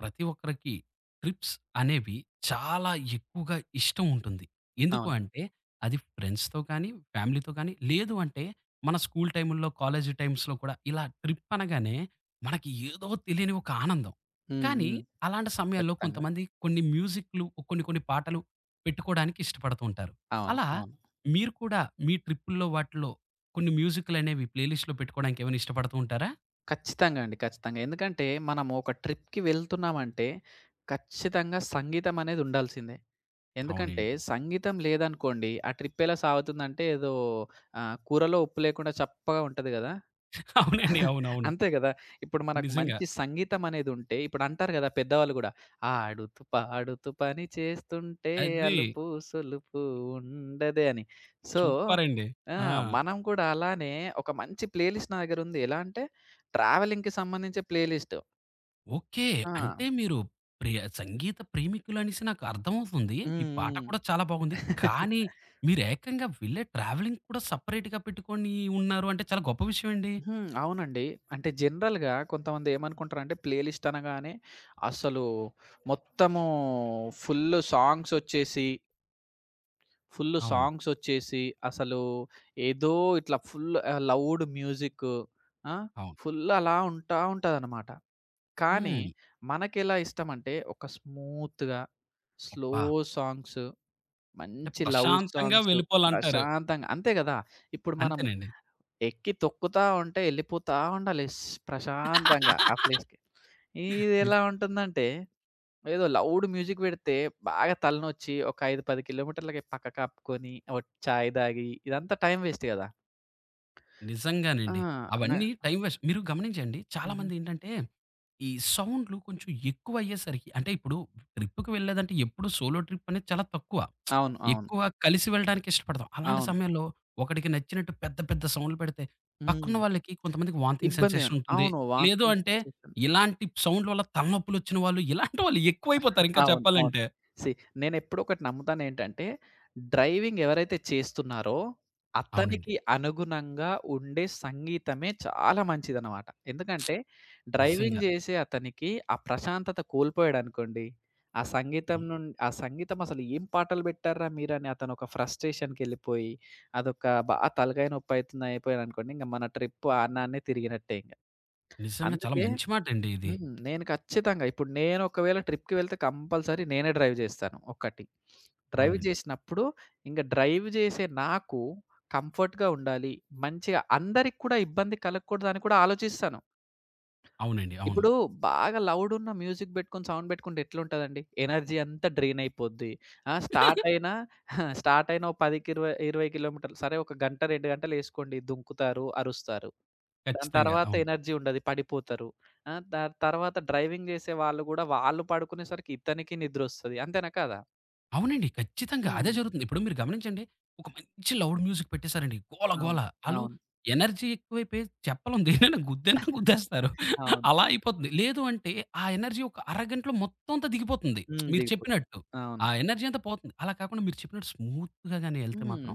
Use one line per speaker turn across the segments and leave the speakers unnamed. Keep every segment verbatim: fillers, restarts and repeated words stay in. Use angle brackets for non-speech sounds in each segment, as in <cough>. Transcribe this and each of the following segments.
ప్రతి ఒక్కరికి ట్రిప్స్ అనేవి చాలా ఎక్కువగా ఇష్టం ఉంటుంది. ఎందుకు
అవును.
అంటే అది ఫ్రెండ్స్‌తో కానీ, ఫ్యామిలీతో కానీ లేదు అంటే మన స్కూల్ టైముల్లో, కాలేజీ టైమ్స్‌లో కూడా ఇలా ట్రిప్ అనగానే మనకి ఏదో తెలియని ఒక ఆనందం.
హ్మ్.
కానీ
హ్మ్.
అలాంటి సమయాల్లో
ఖచ్చితంగా.
కొంతమంది కొన్ని మ్యూజిక్‌లు కొన్ని కొన్ని పాటలు పెట్టుకోవడానికి ఇష్టపడుతూ ఉంటారు.
అవును.
అలా
అవును.
మీరు కూడా మీ ట్రిప్పుల్లో వాటిలో కొన్ని మ్యూజిక్‌లనేవి ప్లేలిస్ట్‌లో పెట్టుకోవడానికి ఏమైనా ఇష్టపడుతూ ఉంటారా?
ఖచ్చితంగా అండి. ఖచ్చితంగా. ఎందుకంటే మనము ఒక ట్రిప్‌కి వెళ్తున్నామంటే ఖచ్చితంగా సంగీతం అనేది ఉండాల్సిందే. ఎందుకంటే
అవునండి.
సంగీతం లేదనుకోండి ఆ ట్రిప్ ఎలా సాగుతుందంటే ఏదో ఆహ్, కూరలో ఉప్పు లేకుండా చప్పగా ఉంటది గదా!
అవునండి. అవునవును.
అంతే గదా! ఇప్పుడు మనకు
నిజంగా.
మంచి సంగీతం అనేదుంటే ఇప్పుడంటారు గదా! పెద్దవాళ్ళు గూడా, "ఆడుతూ పాడుతూ పని చేస్తుంటే
అది.
అలుపు సొలుపు ఉండదే" అని. సో
సూపరండి.
ఆ!
ఆ!
మనం కూడా అలానే ఒక మంచి ప్లేలిస్ట్ నా దగ్గరుంది. ఎలా అంటే ట్రావెలింగ్‌కి సంబంధించి ప్లేలిస్ట్.
ఓకే.
ఆ!
అంటే మీరు ప్రియ సంగీత ప్రేమికులనేసి నాకు అర్థమవుతుంది.
హ్మ్.
మీ పాట
హ్మ్.
కూడా చాలా బాగుంది. కానీ
<laughs>
మీరేకంగా వెళ్ళే ట్రావెలింగ్ కూడా సెపరేట్‌గా పెట్టుకొని ఉన్నారు అంటే చాలా గొప్ప విషయం అండి.
హ్మ్. అవునండి. అంటే జనరల్‌గా కొంతమందేమనుకుంటారంటే ప్లేలిస్ట్ అనగానే అసలు మొత్తము ఫుల్లు సాంగ్సొచ్చేసి ఫుల్లు
అవును.
సాంగ్సొచ్చేసి, అసలు ఏదో ఇట్లా ఫుల్ ఆహ్, లౌడ్ మ్యూజిక్కు. ఆ!
అవును.
ఫుల్ అలా ఉంటా ఉంటదనమాట. కానీ,
హ్మ్.
మనకెలా ఇష్టమంటే, ఒక స్మూత్‌గా, స్లో
అబ్బా!
సాంగ్స్,
అంటే
మంచి లవ్
ప్రశాంతంగా
సాంగ్స్,
వెళ్ళిపోవాలంటారు.
ప్రశాంతంగా అంతే గదా! ఇప్పుడు మనం ఎక్కి తొక్కుతా ఉంటే, ఎళ్ళిపోతా ఉండాలి స్ ప్రశాంతంగా ఆ
అంతేనండి.
ప్లేస్‌కి. ఇదెలా ఉంటుందంటే ఏదో లౌడ్ మ్యూజిక్ పెడితే బాగా తలనొచ్చి ఒక ఐదు, పది కిలోమీటర్లకి పక్కకు ఆపుకొని, ఓ చాయ్ తాగి ఇదంతా టైం వేస్ట్ కదా! ఆ!
నిజంగానండి.
నా
అవన్నీ టైం వేస్ట్. మీరు గమనించండి,
హుహు.
చాలామంది ఏంటంటే, ఈ సౌండ్‌లు కొంచెం ఎక్కువయ్యేసరికి అంటే ఇప్పుడు ట్రిప్‌కి వెళ్ళేదంటే ఎప్పుడు సోలో ట్రిప్ అనేది చాలా తక్కువ.
అవును. అవును.
ఎక్కువ కలిసి వెళ్ళడానికి ఇష్టపడతాం. అలాంటి
అవును.
సమయంలో ఒకడికి నచ్చినట్టు పెద్ద పెద్ద సౌండ్‌లు పెడితే పక్కన
హ్మ్.
వాళ్ళకి కొంతమందికి వామిటింగ్
ఇబ్బంది
సెన్సేషన్ ఉంటుంది.
అవును.
లేదు
వామిటింగ్
అంటే
సెన్సేషన్.
ఇలాంటి సౌండ్‌ల వల్ల తలనొప్పులొచ్చిన వాళ్ళు ఇలాంటి వాళ్ళు ఎక్కువైపోతారు ఇంకా
అవును. అవును.
చెప్పాలంటే.
సీ నేనెప్పుడూ ఒకటి నమ్ముతానేంటంటే, డ్రైవింగ్ ఎవరైతే చేస్తున్నారో,
అవునండి.
అతనికి అనుగుణంగా ఉండే సంగీతమే చాలా మంచిదనమాట. ఎందుకంటే, డ్రైవింగ్
నిజంగా.
జేసే అతనికి ఆ ప్రశాంతత కోల్పోయాడనుకోండి, ఆ సంగీతం
హ్మ్.
నుం ఆ సంగీతం అసలు ఏం పాటలు పెట్టార్రా మీరని అతనొక ఫ్రస్ట్రేషన్‌కెళ్ళిపోయి, అదొక బా తలకాయ నొప్పయితుంది అయిపోయాడనుకోండి, ఇంక మన ట్రిప్ అన్నాన్నే తిరిగినట్టే ఇంగ.
నిజంగా చాలా
అందుకే
మంచి మాటండి ఇది.
హ్మ్. నేను ఖచ్చితంగా ఇప్పుడు నేను ఒకవేళ ట్రిప్‌కి వెళ్తే కంపల్సరీ నేనే డ్రైవ్ చేస్తాను ఒక్కటి. డ్రైవ్
అవునండి.
చేసినప్పుడు ఇంక డ్రైవ్ చేసే నాకు కంఫర్ట్‌గా ఉండాలి. మంచిగా అందరికి కూడా ఇబ్బంది కలగకూడదని కూడా ఆలోచిస్తాను.
అవునండి. అవును.
ఇప్పుడు బాగా లౌడ్ ఉన్న మ్యూజిక్ పెట్టుకొని, సౌండ్ పెట్టుకుంటే ఎట్లుంటదండి? ఎనర్జీ అంతా డ్రైన్ అయిపోద్ది. ఆ! స్టార్ట్ అయినా <laughs> స్టార్ట్ అయిన ఓ 10కి ఇరవై ఇరవై కిలోమీటర్లు సరే ఒక గంట, రెండు గంటలేసుకోండి దుంకుతారు, అరుస్తారు. దాని
ఖచ్చితంగా.
తర్వాత
అవును.
ఎనర్జీ ఉండదు పడిపోతారు. ఆ! దాని తర్వాత డ్రైవింగ్ చేసే వాళ్ళు గూడా వాళ్ళు పడుకునేసరికి ఇతనికి నిద్రొస్తది. అంతేనా కాదా?
అవునండి. ఖచ్చితంగా అదే
హ్మ్.
జరుగుతుంది. ఇప్పుడు మీరు గమనించండి. ఒక మంచి లౌడ్ మ్యూజిక్ పెట్టేసారండి. గోల
అవును.
గోల. ఆళ్ళు
అవును.
ఎనర్జీ ఎక్కువైపోయి చెప్పలేం దేన్నైనా గుద్దేనా
<laughs>
గుద్దేస్తారు.
అవును.
అలా అయిపోతుంది. లేదు అంటే ఆ ఎనర్జీ ఒక అరగంటలో మొత్తం అంతా దిగిపోతుంది.
హ్మ్.
మీరు
దిగిపోతుంది.
చెప్పినట్టు.
అవును.
ఆ ఎనర్జీ అంతా పోతుంది. అలా కాకుండా మీరు చెప్పినట్టు స్మూత్‌గా గాని ఎళ్తే
హ్మ్.
మాత్రం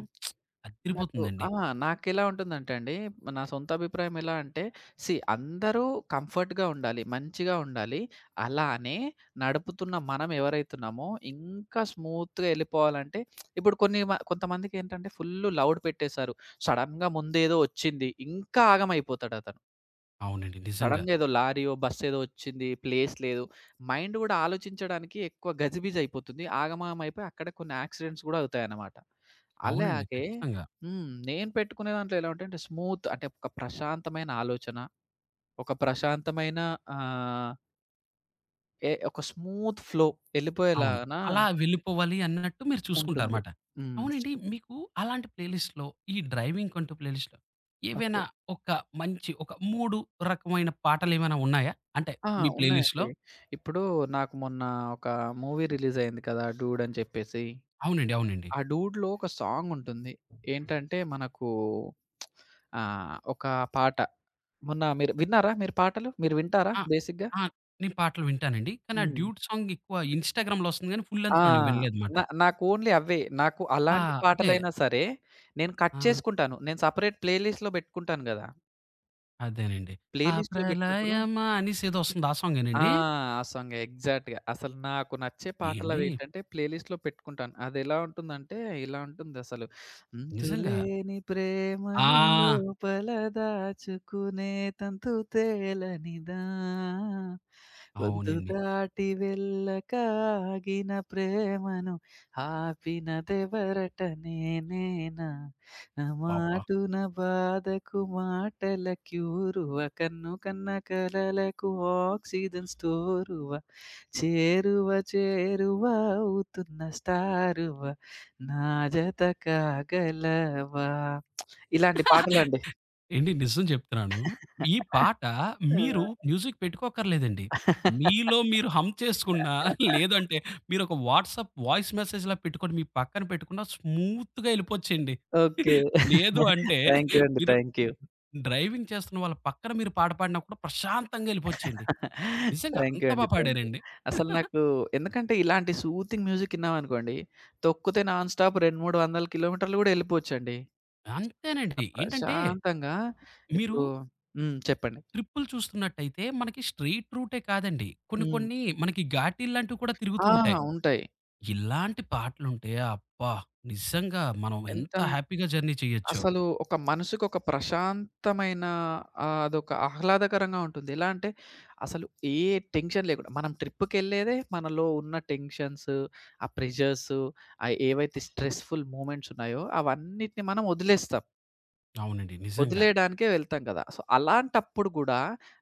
నాకు
అదిరిపోతుందండి.
ఆ! నాకెలా ఉంటుందంటే అండి, నా సొంత అభిప్రాయం ఎలా అంటే, సీ అందరూ కంఫర్ట్‌గా ఉండాలి, మంచిగా ఉండాలి. అలానే నడుపుతున్న మనం ఎవరైతున్నామో ఇంకా స్మూత్‌గా ఎళ్ళిపోవాలంటే ఇప్పుడు కొన్ని మ కొంతమందికేంటంటే ఫుల్లు లౌడ్ పెట్టేశారు. సడెన్‌గా ముందేదో వచ్చింది, ఇంకా ఆగమైపోతాడతను.
అవునండి. నిజంగా.
సడెన్‌గా ఏదో లారీయో, బస్ ఏదో వచ్చింది. ప్లేస్ లేదు. మైండ్ గూడా ఆలోచించడానికి ఎక్కువ గజిబిజి అయిపోతుంది. ఆగమాగం అయిపోయి అక్కడే కొన్ని యాక్సిడెంట్స్ గూడా అవుతాయన్నమాట. అవును.
అవునండి.
అలాగే
ఖచ్చితంగా.
హ్మ్. నేను పెట్టుకునే దాంట్లో ఎలా ఉంటాయంటే స్మూత్ అంటే ఒక ప్రశాంతమైన ఆలోచన, ఒక ప్రశాంతమైన ఆహ్, ఏ ఒక స్మూత్ ఫ్లో
అవును.
ఎళ్ళిపోయేలానా
అలా వెళ్ళిపోవాలి అన్నట్టు మీరు
ఉంటుంది.
చూసుకుంటారమాట.
హ్మ్.
అవునండి. మీకు అలాంటి ప్లేలిస్ట్‌లో ఈ డ్రైవింగ్ కంటూ ప్లేలిస్ట్‌లో
ఓకే.
ఏవైనా ఒక మంచి ఒక మూడు రకమైన పాటలేమైనా ఉన్నాయా? అంటే
ఆ!
మీ ప్లేలిస్ట్‌లో?
ఉన్నాయండి. ఇప్పుడు నాకు మొన్న ఒక మూవీ రిలీజ్ అయింది కదా! 'డూడ్' అని చెప్పేసి.
అవునండి. అవునండి.
ఆ 'డూడ్‌లో' ఒక సాంగ్ ఉంటుంది. ఏంటంటే మనకు ఆహ్, ఒక పాట. మొన్న మీరు విన్నారా మీరు పాటలు? మీరు వింటారా
ఆ!
బేసిక్‌గా?
ఆ! నేను పాటలు వింటానండి. కానీ ఆ
హ్మ్.
డ్యూట్ సాంగ్ ఎక్కువ ఇన్‌స్టాగ్రామ్‌లో వస్తుంది గానీ ఫుల్
ఆ!
లెంగ్త్‌లో నేను వినలేదమాట.
నా నాకు ఓన్లీ అవే. నాకు
ఆ!
అలాంటి
అదే.
పాటలైనా సరే, నేను కట్
ఆ!
చేసుకుంటాను. నేను సెపరేట్ ప్లే లిస్ట్‌లో పెట్టుకుంటాను గదా!
అదేనండి.
ప్లే
ఆ
లిస్ట్‌లో పెట్టినప్పుడు
ప్రళయమా అనేసేదో వస్తుంది ఆ
ఆ!
సాంగేనండి?
ఆ సాంగే ఎగ్జాక్ట్‌గా. అసలు నాకు నచ్చే
ఏండి?
పాటలవేంటంటే ప్లే లిస్ట్‌లో పెట్టుకుంటాను. అదెలా ఉంటుందంటే ఇలా ఉంటుందసలు.
నిజంగా.
అంతులేని ప్రేమను
ఆ!
లోపల దాచుకునే తంతు తేలనిదా, గొంతు
అవునండి.
దాటి వెళ్ళక ఆగిన ప్రేమను ఆపినదెవరట నేనేనా నా
అబ్బబ్బా!
మాటున బాధకు మాటల క్యూరువ కన్ను కన్న కలలకు ఆక్సిజన్ స్టోరువ చేరువ చేరువ అవుతున్న స్టారువ నా జత కాగలవా ఇలాంటి పాటలండి.
ఏండి, నిజం చెప్తున్నాను. ఈ పాట మీరు
ఆ!
మ్యూజిక్ పెట్టుకోక్కర్లేదండి. మీలో మీరు హమ్ చేసుకున్నా,
<laughs>
లేదంటే మీరొక వాట్సాప్ వాయిస్ మెసేజ్‌లా పెట్టుకొని మీ పక్కన పెట్టుకున్నా స్మూత్‌గా ఎళ్ళిపోవచ్చండి.
ఓకే.
లేదు అంటే
థాంక్ యూ అండి.
మీరు
థాంక్ యూ.
డ్రైవింగ్ చేస్తున్న వాళ్ళ పక్కన మీరు పాట పాడినా కూడా ప్రశాంతంగా ఎళ్ళిపోవచ్చండి. నిజంగా
థాంక్ యూ
అంత బా
అండి. Thank you.
పాడారండి.
అసలు నాకు ఎందుకంటే ఇలాంటి సూతింగ్ మ్యూజిక్ ఇన్నామనుకోండి, తొక్కితే నాన్ స్టాప్ రెండు, మూడు వందల కిలోమీటర్లు గూడా యెళ్ళిపోవచ్చండి.
అంతేనండి. ఏంటంటే
ప్రశాంతంగా
మీరు
ఇప్పుడు హ్మ్. చెప్పండి.
ట్రిప్పులు చూస్తున్నట్టయితే మనకి స్ట్రెయిట్ రూటే కాదండి. కొన్ని
హ్మ్.
కొన్ని మనకి ఘాటీల్లాంటివి కూడా తిరుగుతూ
ఆ!
ఉంటాయి.
ఉంటాయి.
ఇలాంటి పాటలుంటే అబ్బా! నిజంగా మనం
ఎంత
ఎంత హ్యాపీగా జర్నీ చేయొచ్చో.
అసలు ఒక మనసుకి ఒక ప్రశాంతమైన ఆహ్, అదొక ఆహ్లాదకరంగా ఉంటుంది. ఎలా అంటే అసలు ఏ టెన్షన్ లేకుండా మనం ట్రిప్‌కెళ్ళేదే మనలో ఉన్న టెన్షన్స్, ఆ ప్రెషర్స్ ఆహ్, ఏవైతే స్ట్రెస్‌ఫుల్ మూమెంట్స్ ఉన్నాయో అవన్నిటిని మనం వదిలేస్తాం.
అవునండి. నిజంగా.
వదిలేయడానికే వెళ్తాం కదా! సో, అలాంటప్పుడు గూడా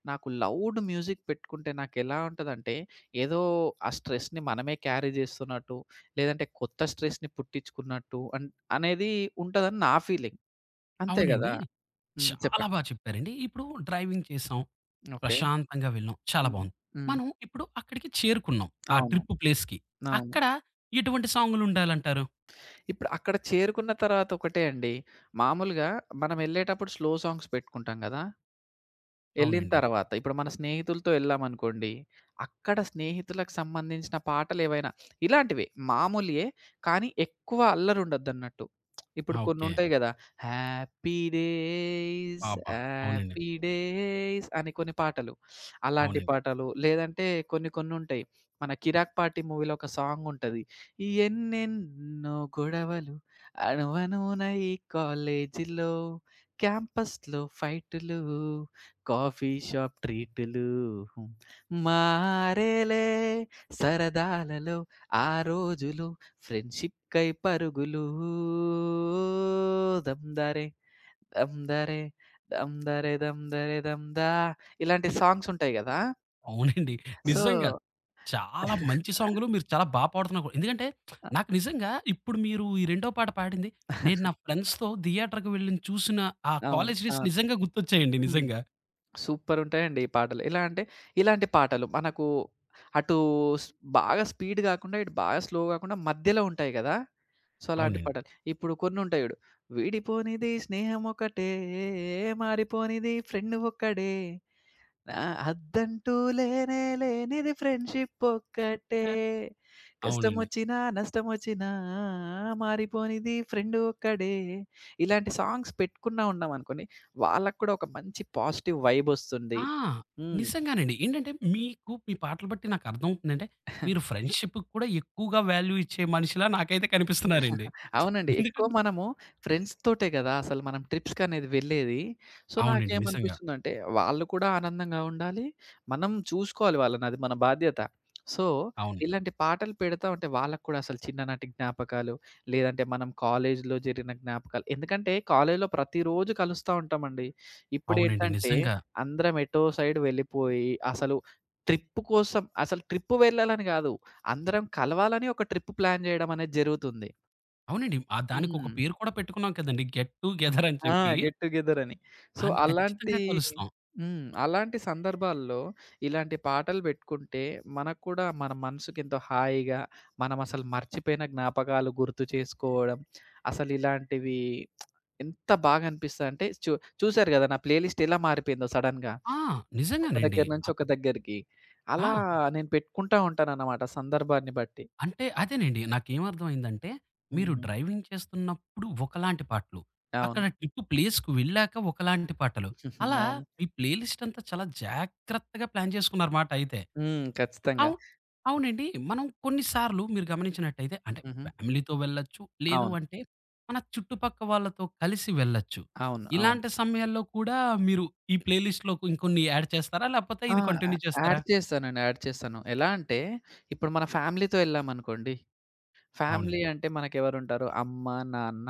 నాకు లౌడ్ మ్యూజిక్ పెట్టుకుంటే నాకెలా ఉంటదంటే ఏదో ఆ స్ట్రెస్‌ని మనమే క్యారీ చేస్తున్నట్టు, లేదంటే కొత్త స్ట్రెస్‌ని పుట్టించుకున్నట్టు అన్ అనేది ఉంటదని నా ఫీలింగ్. అంతే
అవునండి.
గదా! హ్మ్.
చాలా
చెప్పండి.
బా చెప్పారండి. ఇప్పుడు డ్రైవింగ్ చేసాం.
ఓకే.
ప్రశాంతంగా వెళ్ళాం. చాలా
హ్మ్.
బావుంది.
హ్మ్.
మనం ఇప్పుడు అక్కడికి చేరుకున్నాం. ఆ
అవును.
ట్రిప్ ప్లేస్‌కి.
అవును.
అక్కడ ఎటువంటి సాంగులుండాలంటారు?
ఇప్పుడు అక్కడ చేరుకున్న తర్వాత ఒకటే అండి. మామూలుగా మనమెళ్ళేటప్పుడు స్లో సాంగ్స్ పెట్టుకుంటాం గదా! ఎళ్ళిన
అవునండి.
తర్వాత ఇప్పుడు మన స్నేహితులతో ఎళ్ళామనుకోండి, అక్కడ స్నేహితులకు సంబంధించిన పాటలేవైనా ఇలాంటివే మామూలియే కానీ ఎక్కువ అల్లరుండద్దన్నట్టు. ఇప్పుడు
ఆ! ఓకే.
కొన్నుంటాయి గదా! హ్యాపీ డేస్,
అబ్బా! అవునండి.
హ్యాపీ డేస్ అని కొన్ని పాటలు. అలాంటి
అవునండి.
పాటలు లేదంటే కొన్ని కొన్నుంటాయి. మన 'కిరాక్ పార్టీ' మూవీలో ఒక సాంగుంటది. ఎన్నెన్నో గొడవలు అణువణువున ఈ కాలేజీలో, క్యాంపస్‌లో ఫైటులు. కాఫీ షాప్ ట్రీటులు హ్మ్. మారేలే సరదాలలో ఆ రోజులు ఫ్రెండ్షిప్ కై పరుగులు దమ్దారే దమ్దారే దమ్దారే దమ్దారే దమ్దా ఇలాంటి సాంగ్స్ ఉంటాయి కదా!
అవునండి.
సో
నిజంగా. చాలా మంచి
<laughs>
సాంగులు మీరు చాలా బా పాడుతున్నారు కూడా. ఎందుకంటే నాకు నిజంగా ఇప్పుడు మీరు ఈ రెండో పాట పాడింది, నేను నా ఫ్రెండ్స్‌తో థియేటర్‌కి వెళ్ళి చూసిన ఆ
అవును.
కాలేజ్ డేస్
అవును.
నిజంగా గుర్తొచ్చాయండి
హ్మ్.
నిజంగా.
సూపరుంటాయండి ఈ పాటలు. ఎలా అంటే, ఇలాంటి పాటలు మనకు అటు స్ బాగా స్పీడ్ గాకుండా, ఇటు బాగా స్లో గాకుండా మధ్యలో ఉంటాయి గదా! సో, అలాంటి అవును.
అవునండి.
పాటలు. ఇప్పుడు కొన్నుంటాయి జూడు. విడిపోనిది స్నేహమొకటే, మారిపోనిది ఫ్రెండ్ ఒక్కడే. ఆ! అద్దంటూ లేనే లేనిది ఫ్రెండ్‌షిప్ ఒక్కటే.
ఆ! అవునండి.
కష్టమొచ్చినా, నష్టమొచ్చినా మారిపోనిది ఫ్రెండ్ ఒక్కడే. ఇలాంటి సాంగ్స్ పెట్టుకున్నా ఉన్నామనుకోండి, వాళ్ళకి కూడా ఒక మంచి పాజిటివ్ వైబొస్తుంది.
ఆ!
హ్మ్.
నిజంగానండి. ఏంటంటే మీకు మీ పాటలు బట్టి నాకు అర్థమవుతుందంటే మీరు ఫ్రెండ్‌షిప్‌కి కూడా ఎక్కువగా వాల్యూ ఇచ్చే మనిషిలా నాకైతే కనిపిస్తున్నారండి.
అవునండి. ఎక్కువ
ఎందుకంటే
మనము ఫ్రెండ్స్‌తోటే గదా! అసలు మనం ట్రిప్స్‌కనేది వెళ్ళేది. సో,
అవునండి. నిజంగా.
నాకేమనిపిస్తుందంటే, వాళ్ళు కూడా ఆనందంగా ఉండాలి. మనం చూసుకోవాలి వాళ్ళని. అది మన బాధ్యత. సో,
అవును.
ఇలాంటి పాటలు పెడతా ఉంటే వాళ్ళకి కూడా అసలు చిన్ననాటి జ్ఞాపకాలు, లేదంటే మనం కాలేజీలో జరిగిన జ్ఞాపకాలు. ఎందుకంటే, కాలేజీలో ప్రతిరోజు కలుస్తా ఉంటామండి.
అవునండి.
ఇప్పుడేంటంటే,
నిజంగా.
అందరం ఎటో సైడ్ వెళ్ళిపోయి, అసలు ట్రిప్ కోసం అసలు ట్రిప్ వెళ్ళాలని గాదు. అందరం కలవాలని ఒక ట్రిప్ ప్లాన్ జేయడం అనేది జరుగుతుంది.
అవునండి. ఆ దానికి ఒక
హ్మ్.
పేరు కూడా పెట్టుకున్నాం కదండీ! గెట్ టు గెదర్ అని
ఆ!
చెప్పి.
గెట్ టుగెదర్ అని. సో,
అండ్
అలాంటి
ఖచ్చితంగా కలుస్తాం.
హ్మ్. అలాంటి సందర్భాల్లో ఇలాంటి పాటలు పెట్టుకుంటే మనకు కూడా మన మనసుకెంతో హాయిగా, మనం అసలు మర్చిపోయిన జ్ఞాపకాలు గుర్తు చేసుకోవడం, అసలు ఇలాంటివి ఎంత బాగా అనిపిస్తదంటే చూ చూసారు గదా! నా ప్లేలిస్ట్ ఎలా మారిపోయిందో సడెన్‌గా.
ఆ!
ఒక
నిజంగానండి.
దగ్గర నుంచి
అప్.
ఒక దగ్గరికి.
ఆ!
అలా నేను పెట్టుకుంటా ఉంటానన్నమాట సందర్భాన్ని బట్టి.
అంటే అదేనండి. నాకేమర్థమైందంటే, మీరు
హుహు.
డ్రైవింగ్ చేస్తున్నప్పుడు ఒకలాంటి పాటలు,
అవును.
అక్కడ ట్రిప్ ప్లేస్‌కి వెళ్ళాక ఒకలాంటి పాటలు.
<laughs>
అలా
అవును.
మీ ప్లే లిస్ట్ అంతా చాలా జాగ్రత్తగా ప్లాన్ చేసుకున్నారన్నమాట అయితే.
హ్మ్. ఖచ్చితంగా.
అవు అవునండి. మనం కొన్ని సార్లు మీరు గమనించినట్టయితే అంటే
హుహు.
ఫ్యామిలీతో వెళ్ళొచ్చు. లేదు
అవును.
అంటే మన చుట్టుపక్క వాళ్ళతో కలిసి వెళ్ళొచ్చు.
అవును. అవును.
ఇలాంటి సమయాల్లో కూడా మీరు ఈ ప్లే లిస్ట్‌లో ఇంకొన్ని యాడ్ చేస్తారా? లేకపోతే
ఆ!
ఇది కంటిన్యూ
యాడ్
చేస్తారా?
చేస్తానండి. యాడ్ చేస్తాను. ఎలా అంటే ఇప్పుడు మన ఫ్యామిలీతో వెళ్ళామనుకోండి.
అవును.
ఫ్యామిలీ అంటే మనకెవరుంటారు? అమ్మ, నాన్న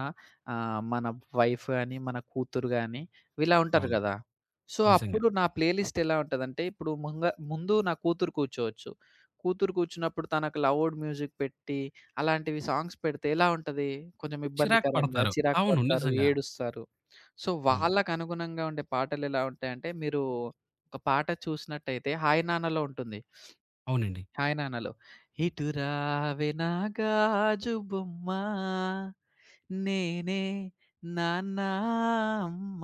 ఆహ్, మన వైఫ్ గాని, మన కూతురు గాని ఇలా ఉంటారు
అవును.
గదా! సో,
నిజంగా.
అప్పుడు నా ప్లే లిస్ట్ ఎలా ఉంటదంటే, ఇప్పుడు ముంగ ముందు నా కూతురు కూర్చోవచ్చు. కూతురు కూర్చున్నప్పుడు తనకు లౌడ్ మ్యూజిక్ పెట్టి, అలాంటివి సాంగ్స్ పెడితే ఎలా ఉంటది? కొంచెం
చిరాకు
ఇబ్బందికరంగా
పడతారు.
చిరాకు
అవును.
పడతారు,
నిజంగా.
ఏడుస్తారు. సో,
అవును.
వాళ్ళకనుగుణంగా ఉండే పాటలెలా ఉంటాయంటే, మీరు ఒక పాట చూసినట్టయితే 'హాయ్ నాన్నలో' ఉంటుంది.
అవునండి.
హాయ్ నాన్నలో ఇటు రావే నా గాజు బొమ్మ నేనే నాన్న అమ్మ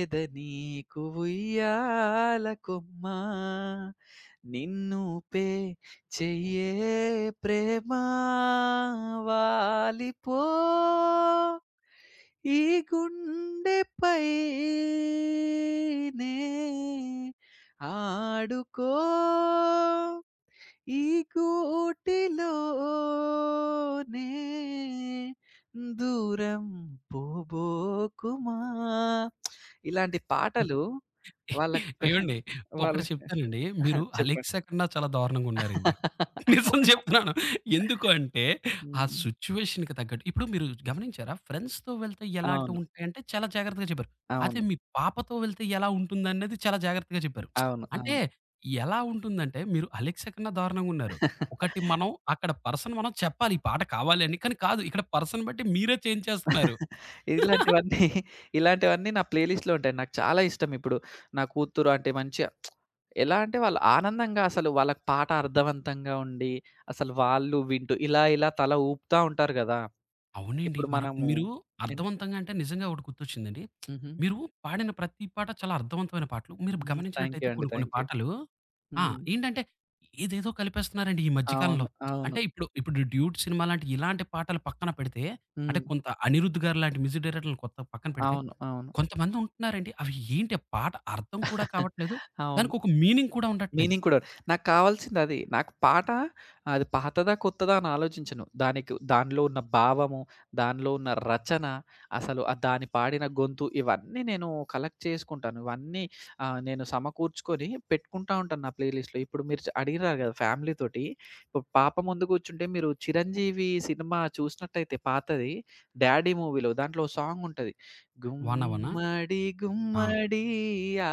ఎద నీకు ఉయ్యాల కొమ్మ నిన్ను పే చెయ్యే ప్రేమ వాలిపో ఈ గుండెపైనే ఆడుకో ఈ గూటిలోనే దూరం పోబోకుమా ఇలాంటి పాటలు వాళ్ళకి పె <laughs>
ఏవండి,
వాళ్ళ
ఒకటి చెప్తానండి. మీరు
చెప్పండి.
అలెక్సా కన్నా చాలా దారుణంగా ఉన్నారండి. నిజం చెప్తున్నాను. ఎందుకు అంటే ఆ
హ్మ్.
సిట్యుయేషన్‌కి తగ్గట్టు ఇప్పుడు మీరు గమనించారా? ఫ్రెండ్స్‌తో వెళ్తే ఎలాంటివి
అవును.
ఉంటాయంటే చాలా జాగ్రత్తగా చెప్పారు. అదే
అవును.
మీ పాపతో వెళ్తే ఎలా ఉంటుందనేది చాలా జాగ్రత్తగా చెప్పారు.
అవును.
అంటే
అవును.
ఎలా ఉంటుందంటే మీరు అలెక్సా కన్నా దారుణంగా ఉన్నారు. ఒకటి, మనం అక్కడ పర్సన్ మనం చెప్పాలి. ఈ పాట కావాలి అని. కానీ కాదు, ఇక్కడ పర్సన్ బట్టి మీరే చేంజ్ చేస్తున్నారు.
ఇలాంటివన్నీ ఇలాంటివన్నీ నా ప్లే లిస్ట్‌లో ఉంటాయి. నాకు చాలా ఇష్టం ఇప్పుడు. నా కూతురు అంటే మంచిగా ఎలా అంటే వాళ్ళు ఆనందంగా అసలు వాళ్ళకి పాట అర్థవంతంగా ఉండి, అసలు వాళ్ళు వింటూ ఇలా ఇలా తల ఊపుతా ఉంటారు గదా!
అవునండి.
ఇప్పుడు
మన
మనము
మీరు
ఎన్
అర్థవంతంగా అంటే నిజంగా ఒకటి గుర్తొచ్చిందండి.
హుహు.
మీరు పాడిన ప్రతి పాట చాలా అర్థవంతమైన పాటలు. మీరు
హ్మ్. థాంక్ యూ
గమనించినట్టయితే
అండి.
కొన్ని కొన్ని
థాంక్ యూ.
పాటలు ఆ!
హ్మ్.
ఏంటంటే ఏదేదో కలిపేస్తున్నారండి ఈ మధ్య కాలంలో.
అవును. అవును.
అంటే ఇప్పుడు ఇప్పుడు 'డ్యూడ్' సినిమా లాంటి ఇలాంటి పాటలు పక్కన పెడితే, అంటే
హ్మ్.
కొంత 'అనిరుద్' గారు లాంటి మ్యూజిక్ డైరెక్టర్‌లు కొత్త పక్కన పెడితే
అవును. అవును.
కొంతమంది ఉంటున్నారండి. అవి ఏంటి ఆ పాట అర్థం కూడా
<laughs>
కావట్లేదు.
అవును.
దానికి ఒక మీనింగ్ కూడా ఉండట్లేదు.
మీనింగ్ కూడా నాకు కావాల్సిందది. నాకు పాట అది పాతదా? కొత్తదా? అని ఆలోచించను. దానికి దానిలో ఉన్న భావము, దానిలో ఉన్న రచన, అసలు ఆ దాని పాడిన గొంతు ఇవన్నీ నేను కలెక్ట్ చేసుకుంటాను. ఇవన్నీ ఆహ్, నేను సమకూర్చుకొని పెట్టుకుంటా ఉంటాను నా ప్లే లిస్ట్‌లో. ఇప్పుడు మీరు చ అడిగినారు కదా! ఫ్యామిలీ తోటి. ఇప్పుడు పాప ముందు కూర్చుంటే మీరు 'చిరంజీవి' సినిమా చూసినట్టయితే పాతది 'డాడీ' మూవీలో దాంట్లో ఓ సాంగ్ ఉంటది.
'వాన వాన'
గుమ్మడి
ఆ!
గుమ్మడి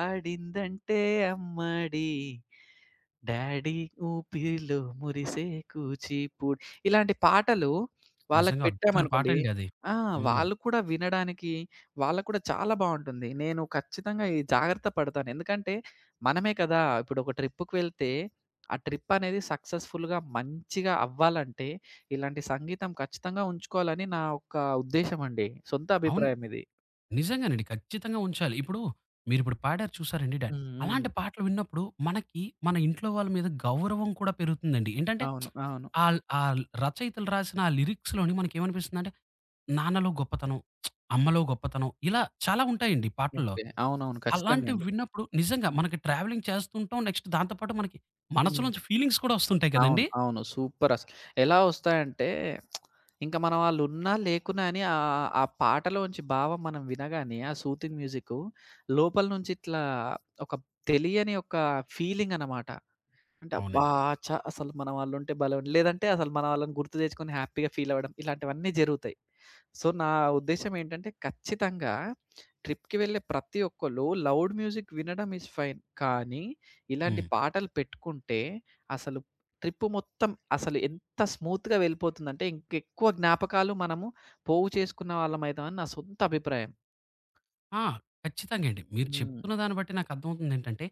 ఆడిందంటే అమ్మడి డాడీ ఊపిరిలో మురిసే కూచిపూడి ఇలాంటి పాటలు వాళ్ళకి
నిజంగా అద్భుతమైన
పెట్టామనుకోండి
పాటండి అది.
ఆ!
హ్మ్.
వాళ్ళు కూడా వినడానికి వాళ్ళకి కూడా చాలా బావుంటుంది. నేను ఖచ్చితంగా ఈ జాగ్రత్త పడతాను. ఎందుకంటే మనమే కదా! ఇప్పుడు ఒక ట్రిప్‌కి వెళ్తే ఆ ట్రిప్ అనేది సక్సెస్‌ఫుల్‌గా మంచిగా అవ్వాలంటే ఇలాంటి సంగీతం ఖచ్చితంగా ఉంచుకోవాలని నా యొక్క ఉద్దేశ్యం అండి. సొంత
అవును.
అభిప్రాయం ఇది.
నిజంగానండి. ఖచ్చితంగా ఉంచాలి. ఇప్పుడు మీరిప్పుడు పాడారు చూసారండి డ్యా,
హ్మ్.
అలాంటి
హ్మ్.
పాటలు విన్నప్పుడు మనకి మన ఇంట్లో వాళ్ళ మీద గౌరవం కూడా పెరుగుతుందండి. ఏంటంటే
అవును. అవును.
ఆల్ ఆల్ రచయితలు రాసిన ఆ లిరిక్స్‌లోని మనకేమనిపిస్తుందంటే నాన్నలో గొప్పతనం, అమ్మలో గొప్పతనం ఇలా చాలా ఉంటాయండి పాటల్లో.
ఓకే. అవునవును. ఖచ్చితంగా
అలాంటివి
అండి.
విన్నప్పుడు నిజంగా మనకి ట్రావెలింగ్ చేస్తుంటాం. నెక్స్ట్ దాంతో పాటు మనకి
హ్మ్.
మనసులోంచి ఫీలింగ్స్ కూడా వస్తుంటాయి
అవును.
కదండీ!
అవును. సూపరసలు. ఎలా ఒస్తాయంటే ఇంక మన వాళ్ళున్నా, లేకున్నా అని ఆహ్, ఆ పాటలోంచి భావం మనం వినగానే ఆ సూతింగ్ మ్యూజిక్కు లోపల నుంచి ఇట్లా ఒక తెలియని ఒక ఫీలింగనమాట. అంటే అబ్బా!
అవునండి.
ఛ! అసలు మన వాళ్ళుంటే భలే లేదంటే అసలు మన వాళ్ళని గుర్తు తెచ్చుకొని హ్యాపీగా ఫీలవ్వడం ఇలాంటివన్నీ జరుగుతాయి. సో, నా ఉద్దేశ్యం ఏంటంటే, ఖచ్చితంగా ట్రిప్‌కి వెళ్ళే ప్రతి ఒక్కళ్ళు లౌడ్ మ్యూజిక్ వినడం ఈస్ ఫైన్. కానీ, ఇలాంటి
హ్మ్.
పాటలు పెట్టుకుంటే, అసలు ట్రిప్ మొత్తం అసలు ఎంత స్మూత్‌గా వెళ్ళిపోతుందంటే, ఇంకెక్కువ జ్ఞాపకాలు మనము పోగు చేసుకున్న వాళ్ళమైతామని నా సొంత అభిప్రాయం.
ఆ! ఖచ్చితంగా అండి. మీరు
హ్మ్.
చెప్తున్న దాన్ని బట్టి నాకు అర్థమవుతుందేంటంటే,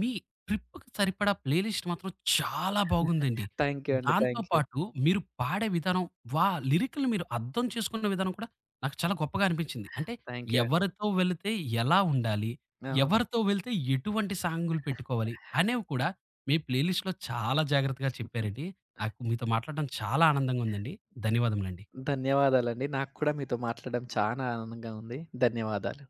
మీ ట్రిప్‌కి సరిపడా ప్లే లిస్ట్ మాత్రం చాలా బాగుందండి.
థ్యాంక్ యూ అండి.
దాంతో
థ్యాంక్ యూ.
పాటు మీరు పాడే విధానం, వా లిరిక్‌లు మీరు అర్థం చేసుకున్న విధానం కూడా నాకు చాలా గొప్పగా అనిపించింది. అంటే
థ్యాంక్ యూ అండి.
ఎవరితో వెళితే ఎలా ఉండాలి?
అవును.
ఎవరితో వెళ్తే ఎటువంటి సాంగులు పెట్టుకోవాలి? అనేవి కూడా మీ ప్లే లిస్ట్‌లో చాలా జాగ్రత్తగా చెప్పారండి. నాకు మీతో మాట్లాడడం చాలా ఆనందంగా ఉందండి. ధన్యవాదములండి.
ధన్యవాదాలండి. నాకు కూడా మీతో మాట్లాడడం చానా ఆనందంగా ఉంది. ధన్యవాదాలు.